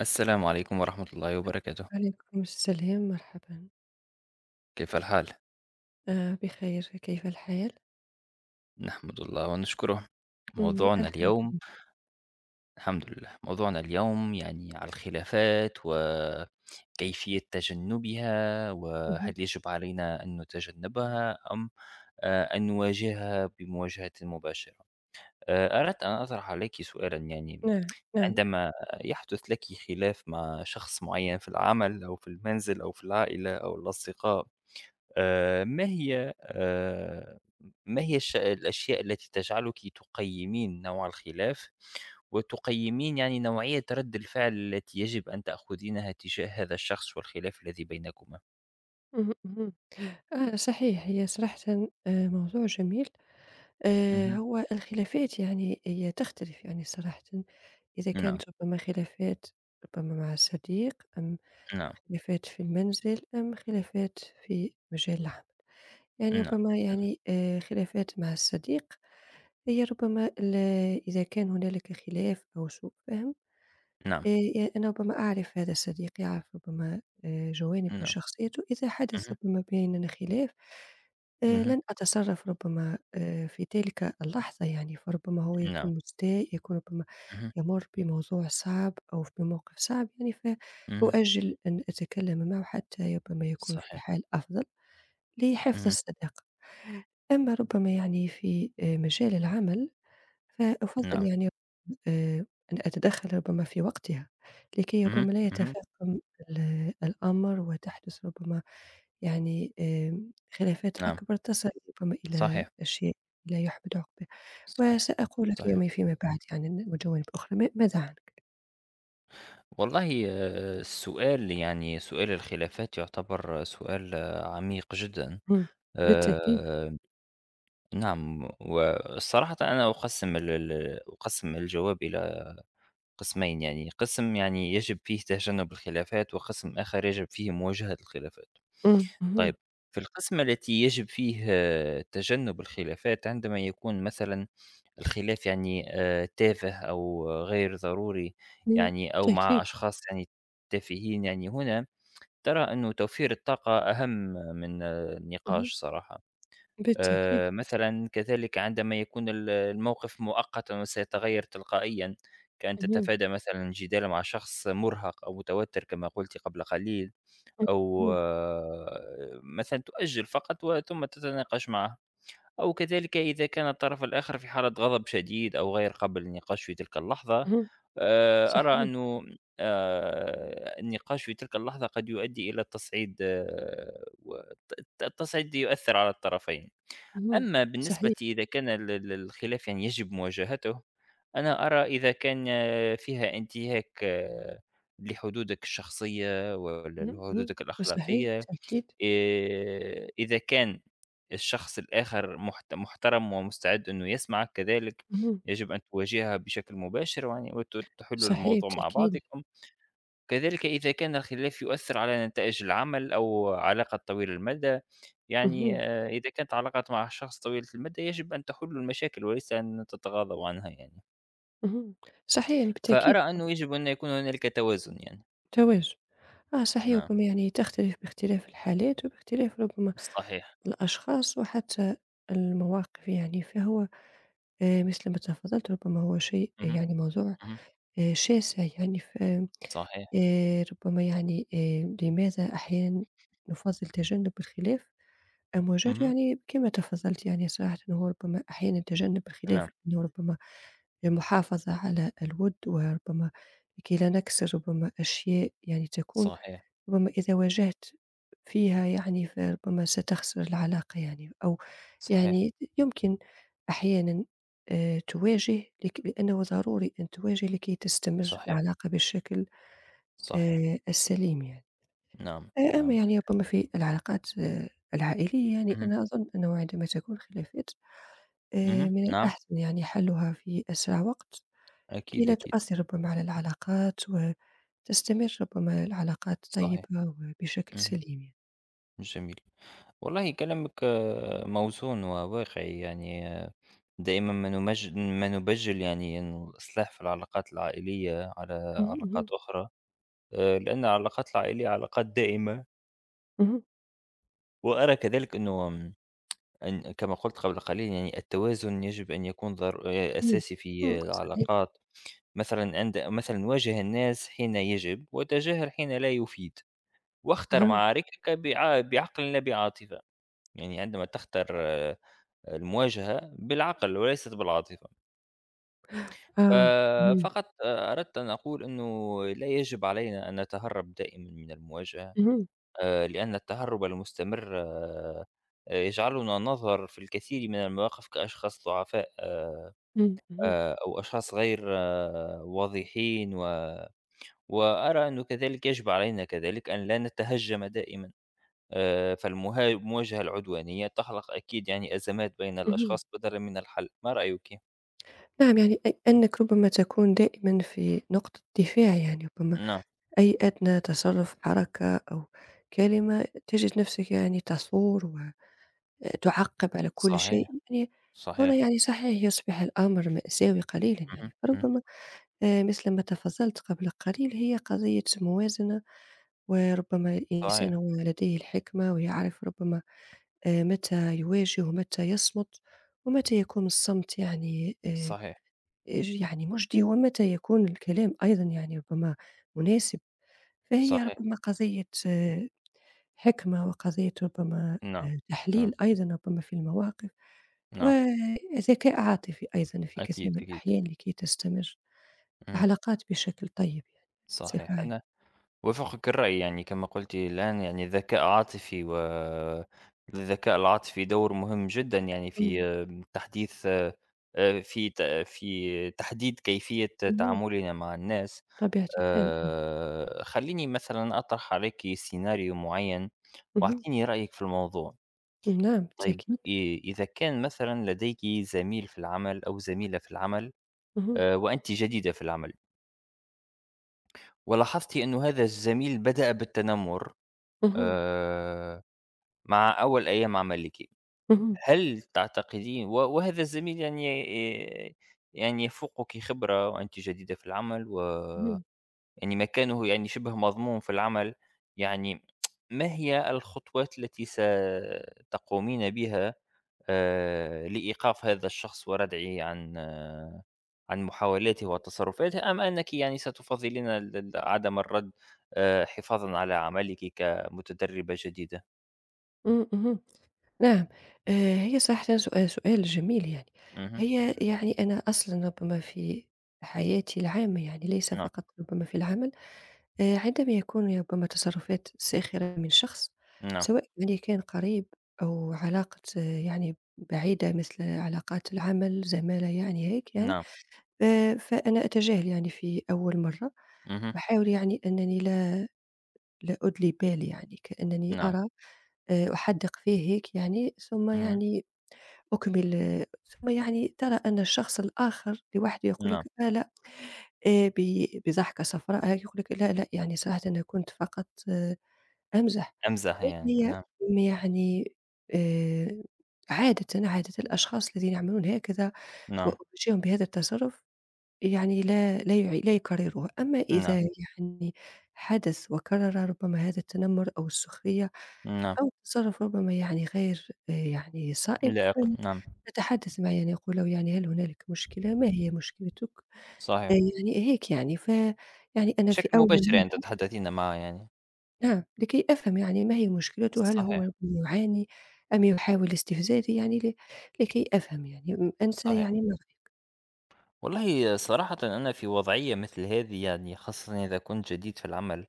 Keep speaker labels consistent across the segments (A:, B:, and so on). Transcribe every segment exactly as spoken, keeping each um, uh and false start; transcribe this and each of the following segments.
A: السلام عليكم ورحمة الله وبركاته.
B: عليكم السلام، مرحبًا.
A: كيف الحال؟
B: آآ بخير، كيف الحال؟
A: نحمد الله ونشكره.
B: إمم،
A: موضوعنا
B: الحمد
A: اليوم.
B: لله.
A: الحمد لله، موضوعنا اليوم يعني على الخلافات وكيفية تجنبها، وهل
B: اهم.
A: يجب علينا أن نتجنبها أم آه، أن نواجهها بمواجهة مباشرة. آه، أردت أن أطرح عليك سؤالا يعني
B: نعم، نعم.
A: عندما يحدث لك خلاف مع شخص معين في العمل أو في المنزل أو في العائلة أو الأصدقاء، آآ ما هي آآ ما هي الش الأشياء التي تجعلِك تقيّمين نوع الخلاف، وتقيّمين يعني نوعية رَدّ الفعل التي يجب أن تأخذينها تجاه هذا الشخص والخلاف الذي بينكما؟
B: اهم، اهم. آه، صحيح. هي صراحةً آآ موضوع جميل. آآ
A: اهم،
B: هو الخلافات، يعني هي تختلف يعني صراحةً. إذا
A: نعم،
B: كانت ربما خلافات ربما مع صديق أم
A: نعم،
B: خلافات في المنزل أم خلافات في مجال العمل، يعني
A: نعم،
B: ربما يعني آآ خلافات مع الصديق، هي ربما ال إذا كان هنالك خلاف أو سوء فهم،
A: نعم،
B: آآ ي أنا ربما أعرف هذا صديقي، أعرف ربما آآ جوانب من
A: نعم،
B: شخصيته. إذا حدث
A: اهم،
B: ربما بيننا خلاف، آآ
A: اهم،
B: لن أتصرف ربما آآ في تلك اللحظة يعني، فربما هو
A: نعم،
B: يكون مستاء، يكون ربما
A: اهم،
B: يمُر بموضوع صعب أو بموقف صعب يعني،
A: اهم،
B: فأؤجل أن أتكلم معه حتى ربما يكون في
A: صحيح،
B: حال أفضل لحفظ
A: اهم،
B: الصداقة. أما ربما يعني في آآ مجال العمل فأفضّل
A: نعم،
B: يعني آآ أن أتدخّل ربما في وقتها، لكي
A: اهم،
B: ربما لا
A: اهم،
B: يتفاقم ال الأمر، وتحدث ربما يعني آمم، خلافات
A: نعم،
B: أكبر تصل ربما إلى
A: صحيح،
B: أشياء لا يُحمد عُقباها.
A: صحيح،
B: وسأقول لك
A: صحيح.
B: يومي فيما بعد يعني ن وجوانب أخرى، ما ماذا عنك؟
A: والله، آآ، السؤال يعني سؤال الخلافات يعتبر سؤال آه، عميق جدًا،
B: إمم، بالتأكيد.
A: آآ، نعم، والصراحة أنا أقسّم ال ال أقسّم الجواب إلى قسمين يعني، قسم يعني يجب فيه تجنب الخلافات، وقسم آخر يجب فيه مواجهة الخلافات.
B: إمم. اهم.
A: طيب، في القسم التي يجب فيه آه، تجنب الخلافات، عندما يكون مثلًا الخلاف يعني آآ، تافه أو غير ضروري،
B: إمم،
A: يعني أو مع
B: بالتأكيد.
A: أشخاص يعني تافهين، يعني هنا ترى أنه توفير الطاقة أهم من
B: اهم،
A: النقاش صراحة.
B: بالتأكيد.
A: آه، مثلا كذلك عندما يكون ال- الموقف مؤقتا وسيتغير تلقائيا، كأن
B: اهم.
A: تتفادى مثلا جدال مع شخص مرهق أو متوتر كما قلت قبل قليل،
B: إمم.
A: أو
B: اهم،
A: آه، مثلا تؤجل فقط وثم تتناقش معه، أو كذلك إذا كان الطرف الآخر في حالة غضب شديد أو غير قابل للنقاش في تلك اللحظة.
B: اهم،
A: آآ، أرى
B: صحيح.
A: أنه آآ، النقاش في تلك اللحظة قد يؤدي إلى التصعيد، آه، والت التصعيد يؤثر على الطرفين.
B: اهم.
A: أما بالنسبة
B: صحيح.
A: إذا كان ال ال الخلاف يعني يجب مواجهته، أنا أرى إذا كان آه، فيها انتهاك آه، لحدودك الشخصية
B: اهم، اهم،
A: ولحدودك
B: صحيح،
A: الأخلاقية،
B: بالتأكيد.
A: آآ إذا كان الشخص الآخر محت محترم ومستعد إنه يسمعك، كذلك
B: اهم.
A: يجب أن تواجهها بشكل مباشر ويعني وت تحلوا
B: صحيح،
A: الموضوع مع
B: بالتأكيد.
A: بعضكم. كذلك إذا كان الخلاف يؤثر على نتائج العمل أو علاقة طويل المدى، يعني
B: اهم،
A: آآ إذا كانت علاقات مع شخص طويلة المدى يجب أن تحلوا المشاكل وليس أن تتغاضوا عنها يعني،
B: اهم. صحيح يعني
A: فأرى
B: بالتأكيد.
A: أنه يجب أن يكون هنالك توازن يعني.
B: التوازن. آه، صحيح.
A: نعم،
B: ربما يعني تختلف باختلاف الحالات، وباختلاف ربما
A: صحيح،
B: الأشخاص، وحتى المواقف يعني، فهو آآ مثل ما تفضلت، ربما هو شيء، آه،
A: اهم،
B: يعني موضوع
A: اهم،
B: آآ شاسع يعني، ف
A: صحيح،
B: آآ ربما يعني آآ لماذا أحيانًا نفضّل تجنب الخلاف. أمّا جار
A: اهم،
B: يعني كما تفضّلتِ، يعني صراحةً هو ربما أحيانًا تجنّب
A: نعم،
B: الخلاف لأنه ربما للمحافظة على الوِد، وربما لكي لا نكسر ربما أشياء يعني تكون،
A: صحيح،
B: ربما إذا واجهت فيها يعني فربما ستخسر العلاقة يعني، أو
A: صحيح.
B: يعني يمكن أحيانًا آآ تواجه لك لأنه ضروري أن تواجه لكي تستمر
A: صحيح،
B: العلاقة بالشكل
A: صحيح.
B: آآ السليم يعني.
A: نعم،
B: آآ، أما
A: نعم.
B: يعني ربما في العلاقات آه، العائلية، يعني
A: اهم،
B: أنا أظن أنه عندما تكون خلافات، آآ،
A: اهم،
B: من
A: نعم،
B: الأحسن يعني حلها في أسرع وقت، لكي
A: أكيد،
B: لا
A: أكيد،
B: تؤثر ربما على العلاقات، وتستمر ربما العلاقات
A: صحيح.
B: طيبة وبشكل
A: اهم،
B: سليم يعني.
A: جميل. والله، كلامِك آه، موزون وواقعي، يعني آه، دائمًا ما نمج ما نبجِّل يعني إنه الإصلاح في العلاقات العائلية على
B: اهم، اهم،
A: علاقات أخرى، آآ، لأن العلاقات العائلية علاقات دائمة.
B: اهم،
A: وأرى كذلك أنه م أن، كما قُلت قبل قليل يعني التوازن يجب أن يكون ضر آه،
B: إمم،
A: أساسي
B: إمم.
A: في
B: صحيح.
A: العلاقات. مثلًا عند مثلًا واجه الناس حين يجب، وتجاهل حين لا يفيد، واختر
B: أها،
A: معاركك بع بعقل لا بعاطفة، يعني عندما تختر آه، المواجهة بالعقل وليست بالعاطفة.
B: آه. اهم،
A: ففقط أردت أن أقول إنه لا يجب علينا أن نتهرب دائمًا من المواجهة،
B: اهم،
A: آآ، لأن التهرب المستمر آه، آه، يجعلنا نظهر في الكثير من المواقف كأشخاص ضعفاء، آآ،
B: إمم، اهم،
A: آآ، أو أشخاص غير آه، واضحين. و وأرى أنه كذلك يجب علينا كذلك أن لا نتهجم دائما. آه، فالمها- المواجهة العدوانية تخلق أكيد يعني أزمات بين
B: اهم.
A: الأشخاص بدلا من الحل. ما رأيك؟
B: نعم، يعني أ أنك ربما تكون دائمًا في نقطة دفاع يعني، ربما
A: نعم،
B: أي أدنى تصرُّف، حركة أو كلمة تجد نفسك يعني تثور وتُعقّب على كل شيء
A: صحيح،
B: يعني. هنا
A: صحيح.
B: يعني صحيح يصبح الأمر مأساوي قليلًا يعني،
A: مهم. مهم.
B: فربما آآ مثل ما تفضّلت قبل قليل، هي قضية موازنة، وربما الإنسان
A: صحيح،
B: هو لديه الحكمة، ويعرف ربما آآ متى يواجه ومتى يصمت، ومتى يكون الصمت يعني آآ
A: صحيح،
B: ج يعني مُجدي، ومتى يكون الكلام أيضًا يعني ربما مناسب. فهي
A: صحيح.
B: ربما قضية آه، حِكمة، وقضية ربما
A: نعم،
B: آآ
A: نعم،
B: تحليل أيضًا ربما في المواقف،
A: نعم.
B: وذكاء عاطفي أيضًا في كثير
A: أكيد،
B: من
A: أكيد.
B: الأحيان، لكي تستمر
A: مهم.
B: العلاقات بشكل طيب يعني بصفة
A: صحيح. أنا
B: عامة.
A: وافقك الرأي يعني كما قلتِ الآن يعني الذكاء عاطفي، و الذكاء العاطفي دور مهم جدًا يعني في
B: إمم،
A: آه، تحديث آآ في ت في تحديد كيفية
B: اهم،
A: تعاملنا مع الناس.
B: بطبيعة الحال.
A: آآ خلّيني مثلًا أطرح عليكِ سيناريو معيّن،
B: اهم.
A: واعطيني رأيِك في الموضوع.
B: نعم،
A: طيب،
B: بالتأكيد.
A: إ إذا كان مثلًا لديكِ زميل في العمل أو زميلة في العمل،
B: اهم،
A: آآ وأنتِ جديدة في العمل، ولاحظتِ إنه هذا الزميل بدأ بالتنمر
B: اهم،
A: آآ مع أول أيام عملِك.
B: اهم،
A: هل تعتقدين و وهذا الزميل يعني ي يعني يفوقِك خبرة وأنتِ جديدة في العمل، و
B: اهم،
A: يعني مكانه يعني شبه مضمون في العمل، يعني ما هي الخطوات التي ستقومين بها آآ لإيقاف هذا الشخص وردعه عن آه، عن محاولاته وتصرفاته؟ أم أنِّك يعني ستفضلين ال ال عدم الرد آآ حفاظًا على عملِك كمتدربة جديدة؟
B: إمم، اهم، نعم. آآ هي صراحةً سؤال سؤال جميل يعني.
A: اهم،
B: هي يعني أنا أصلًا ربما في حياتي العامة يعني، ليس
A: نعم،
B: فقط ربما في العمل، آآ عندما يكون ربما تصرفات ساخرة من شخص،
A: نعم،
B: سواء يعني كان قريب أو علاقة، آه، يعني بعيدة مثل علاقات العمل، زمالة يعني هيك يعني.
A: نعم.
B: آآ فأنا أتجاهل يعني في أول مرّة،
A: اهم،
B: باحاول يعني أنني لا لا أُدلي بالي يعني، كأنني
A: نعم،
B: أرى آآ أحدِّق فيه هيك يعني، ثم
A: اهم،
B: يعني أكمل، آه، ثم يعني ترى أن الشخص الآخر لوحده يقول لك:
A: نعم،
B: "لا، لأ." آآ ب بضحكة صفراء هيك يقول لك: "لا، لأ، يعني صراحةً أنا كنت فقط"، آه، أمزح.
A: أمزح
B: ولكن
A: يعني،
B: هي
A: نعم،
B: م يعني آآ عادةً، عادة الأشخاص الذين يعملون هكذا
A: نعم،
B: وأواجههم بهذا التصرُّف يعني لا لا يعي لا يكرروها. أما
A: نعم،
B: إذا يعني حدث وكرر ربما هذا التنمُّر أو السخرية
A: نعم،
B: أو تصرُّف ربما يعني غير آآ يعني صائب،
A: لائق،
B: إمم.
A: نعم،
B: فنتحدث معه يعني أقول له يعني: "هل هنالك مشكلة؟ ما هي مشكلتك؟" آآ
A: صحيح،
B: يعني هيك يعني، فيعني أنا في
A: بشكل
B: أول
A: مباشر يعني
B: إمم.
A: تتحدثين معه يعني،
B: نعم، لكي أفهم يعني ما هي مشكلته، هل
A: صحيح،
B: هو يعاني أم يحاول استفزازي؟ يعني ل لكي أفهم يعني، م أنت
A: صحيح.
B: يعني ما رأيك؟
A: والله صراحةً أنا في وضعية مثل هذه يعني خاصةً إذا كنت جديد في العمل،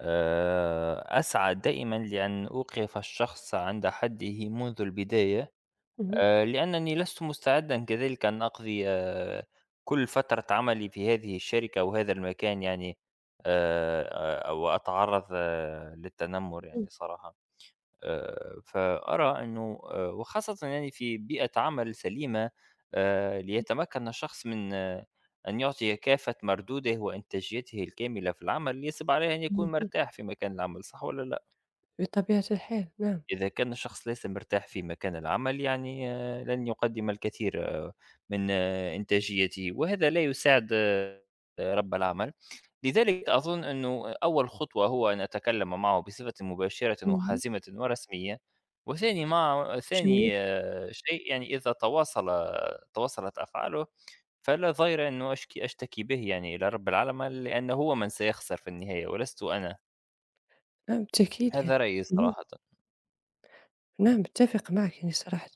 A: آآ، أسعى دائمًا لأن أوقف الشخص عند حده منذ البداية.
B: اهم،
A: آآ، لأنني لست مستعدًا كذلك أن أقضي آآ، كل فترة عملي في هذه الشركة أو هذا المكان يعني آآ، أو أتعرّض آه، للتنمر
B: اهم،
A: يعني صراحة. آآ، فأرى إنه آآ، وخاصةً يعني في بيئة عمل سليمة، آآ، ليتمكن الشخص من آه، أن يعطي كافة مردوده وإنتاجيته الكاملة في العمل، يجب عليه أن
B: اهم،
A: يكون
B: اهم،
A: مرتاح في مكان العمل، صح والّا لأ؟
B: بطبيعة الحال، نعم.
A: إذا كان الشخص ليس مرتاح في مكان العمل يعني آآ، لن يقدم الكثير آه، من آه، إنتاجيته، وهذا لا يساعد آه، رب العمل. لذلك أظن أنه أول خطوة هو أن أتكلم معه بصفة مباشرة
B: اهم.
A: وحازمة ورسمية، وثاني مع
B: جميل،
A: ثاني آه، شيء، يعني إذا تواصل تواصلت أفعاله فلا ضير أنه أشكي أشتكي به يعني إلى رب العمل، لأنه هو من سيخسر في النهاية ولست أنا.
B: نعم بالتأكيد يعني.
A: هذا رأيي
B: اهم.
A: صراحةً.
B: نعم، متفقة معك يعني صراحةً.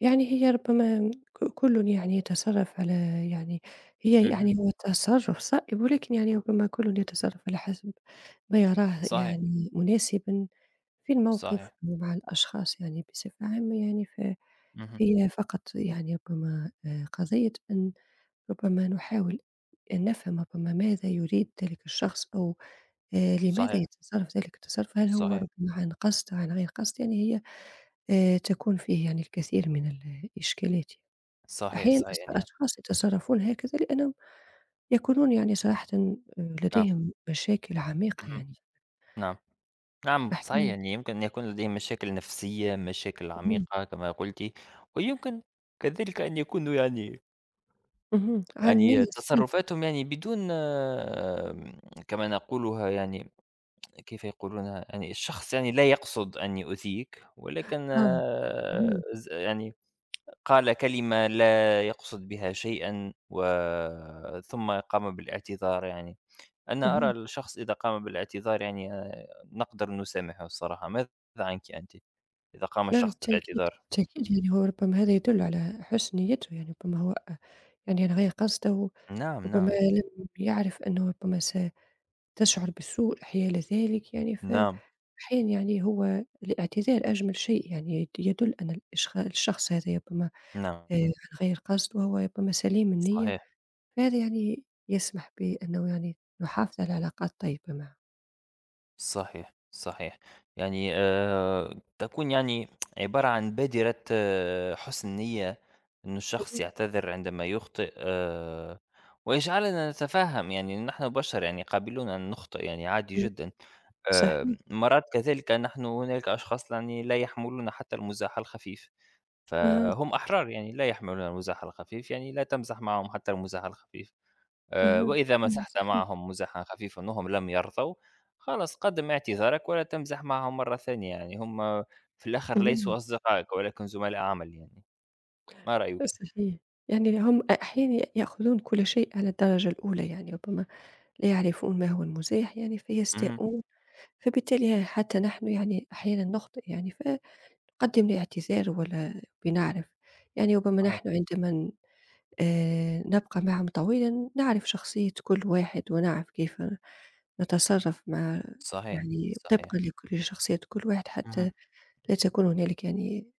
B: يعني هي ربما ك كلٌ يعني يتصرف على يعني، هي
A: اهم،
B: يعني هو التصرف صائب، ولكن يعني ربما كلٌ يتصرف على حسب ما يراه
A: صحيح،
B: يعني مناسبًا في الموقف
A: صحيح،
B: ومع الأشخاص يعني بصفة عامة يعني.
A: اهم.
B: فهي فقط يعني ربما آآ قضية أن ربما نحاول أن نفهم ربما ماذا يريد ذلك الشخص، أو آآ لماذا
A: صحيح،
B: يتصرف ذلك التصرف، هل هو
A: صحيح،
B: ربما عن قصد عن غير قصد؟ يعني هي آآ تكون فيه يعني الكثير من الإشكالات.
A: صحيح،
B: أحيانًا
A: صحيح
B: أص
A: يعني آه.
B: أشخاص يتصرفون هكذا لأنهم يكونون يعني صراحةً آآ
A: نعم،
B: لديهم مشاكل عميقة
A: اهم،
B: يعني
A: نعم، نعم، صحيح
B: أحيانًا.
A: يعني يمكن أن يكون لديهم مشاكل نفسية، مشاكل عميقة كما قلتِ، ويمكن كذلك أن يكونوا يعني
B: اهم. عن
A: يعني
B: الصيت.
A: تصرفاتهم يعني بدون آمم، كما نقولها يعني كيف يقولونها؟ يعني الشخص يعني لا يقصد أن يؤذيك، ولكن
B: آه.
A: آه،
B: اهم،
A: ز يعني قال كلمة لا يقصد بها شيئًا، و ثم قام بالاعتذار يعني. أنا أرى
B: اهم.
A: الشخص إذا قام بالاعتذار يعني آآ، نقدر نسامحه الصراحة. ماذا عنِك أنتِ؟ إذا قام
B: نعم،
A: الشخص
B: بالتأكيد،
A: بالاعتذار.
B: بالتأكيد يعني. هو ربما هذا يدل على حسن نيته يعني، ربما هو يعني ألغى قصده،
A: نعم،
B: ربما
A: نعم،
B: لم يعرف أنه ربما ستشعر بالسوء حيال ذلك يعني.
A: نعم،
B: فأحيانًا يعني هو الاعتذار أجمل شيء يعني، يد يدل أن الإشخ الشخص هذا ربما
A: نعم،
B: آآ غير قصد، وهو ربما سليم النية.
A: صحيح.
B: فهذا يعني يسمح بأنه يعني نحافظ على علاقات طيبة معه.
A: صحيح، صحيح. يعني آآ تكون يعني عبارة عن بادرة آه، حُسن نيّة، إنه الشخص
B: اهم،
A: يعتذر عندما يخطئ، آآ ويجعلنا نتفهم، يعني نحن بشر يعني قابلون أن نخطئ يعني عادي
B: اهم.
A: جدًا.
B: صحيح.
A: آآ مرات كذلك، نحن هنالك أشخاص يعني لا يحملون حتى المزاح الخفيف،
B: أها،
A: فهم أحرار، يعني لا يحملون المزاح الخفيف، يعني لا تمزح معهم حتى المزاح الخفيف. آآ
B: أها.
A: وإذا
B: إمم،
A: مسحت
B: صحيح.
A: معهم مزحًا خفيفًا وهم لم يرضوا، خلاص قدم اعتذارك ولا تمزح معهم مرة ثانية يعني. هم في الآخر ليسوا
B: اهم.
A: أصدقائك ولكن زملاء عمل يعني. ما رأيك؟
B: صحيح، يعني هم أحيانًا يأخذون كل شيء على الدرجة الأولى، يعني ربما لا يعرفون ما هو المزاح يعني
A: اهم،
B: فيستاءون. فبالتالي حتى نحن يعني أحيانًا نخطئ يعني، فنقدم الاعتذار ولا بنعرف يعني ربما
A: صحيح،
B: نحن عندما ن آآ، نبقى معهم طويلًا، نعرف شخصية كل واحد، ونعرف كيف نتصرف مع
A: صحيح،
B: يعني
A: صحيح،
B: طبقًا لكل شخصية كل واحد،
A: اهم،
B: حتى لا تكون هنالك يعني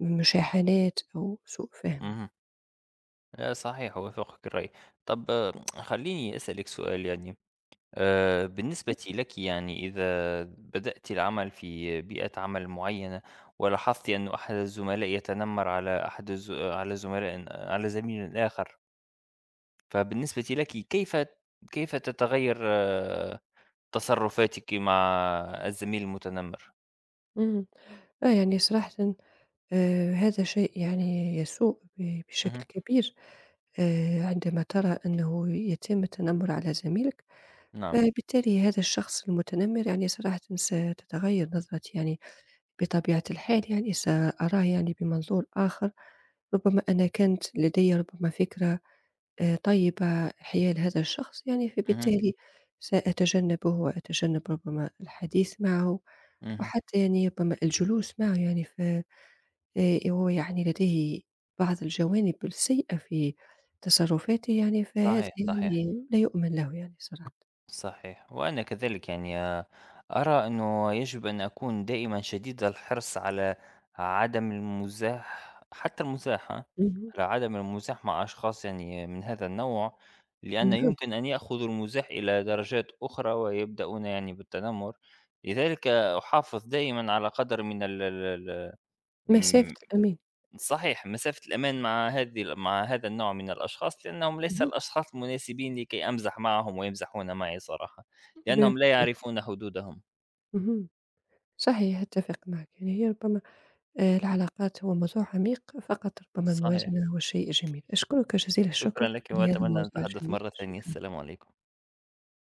B: مشاحنات أو سوء فهم يعني.
A: اهم، لا، صحيح، أوافقك الرأي. طَب آه، خلّيني أسألِك سؤال يعني، آآ بالنسبة لكِ يعني إذا بدأتِ العمل في بيئة عمل معينة ولاحظتِ أنه أحد الزملاء يتنمر على أحد الز على زملاء على زميل آخر، فبالنسبة لكِ كيف كيف تتغير آه، تصرفاتِك مع الزميل المتنمر؟
B: إمم. آه، يعني صراحةً آآ هذا شيء يعني يسوء ب
A: اهم،
B: بشكل كبير آآ عندما ترى أنه يتم التنمر على زميلك،
A: نعم،
B: فبالتالي هذا الشخص المتنمر يعني صراحةً ستتغير نظرتي يعني، بطبيعة الحال يعني سأراه يعني بمنظور آخر. ربما أنا كانت لدي ربما فكرة آآ طيبة حيال هذا الشخص يعني،
A: اهم،
B: فبالتالي سأتجنبه وأتجنب ربما الحديث معه.
A: اهم،
B: وحتى يعني ربما الجلوس معه يعني ف آآ هو يعني لديه بعض الجوانب السيئة في تصرفاته يعني، فهذا
A: صحيح، صحيح.
B: يعني لا يؤمن له يعني صراحةً.
A: صحيح، وأنا كذلك يعني آآ، أرى إنه يجب أن أكون دائمًا شديد الحرص على عدم المزاح حتى المزاح ها،
B: اهم.
A: على عدم المزاح مع أشخاص يعني من هذا النوع، لأن
B: نعم،
A: يمكن أن يأخذوا المزاح إلى درجات أخرى ويبدأون يعني بالتنمر. لذلك أحافظ دائمًا على قدر من ال ال
B: مسافة
A: ال
B: الأمان.
A: صحيح، مسافة الأمان مع هذه ال مع هذا النوع من الأشخاص، لأنهم ليس
B: اهم.
A: الأشخاص المناسبين لكي أمزح معهم ويمزحون معي صراحة،
B: ب
A: لأنهم لا
B: بالتأكيد.
A: يعرفون حدودهم.
B: اهم. صحيح، أتفق معك. يعني هي ربما آآ العلاقات هو موضوع عميق، فقط ربما
A: صحيح،
B: الموازنة هو الشيء الجميل. أشكرك جزيل الشكر
A: شكرًا لك
B: لهذا
A: وأتمنى
B: الموضوع
A: أن نتحدث
B: الجميل،
A: مرة ثانية،
B: شكرًا.
A: السلام عليكم.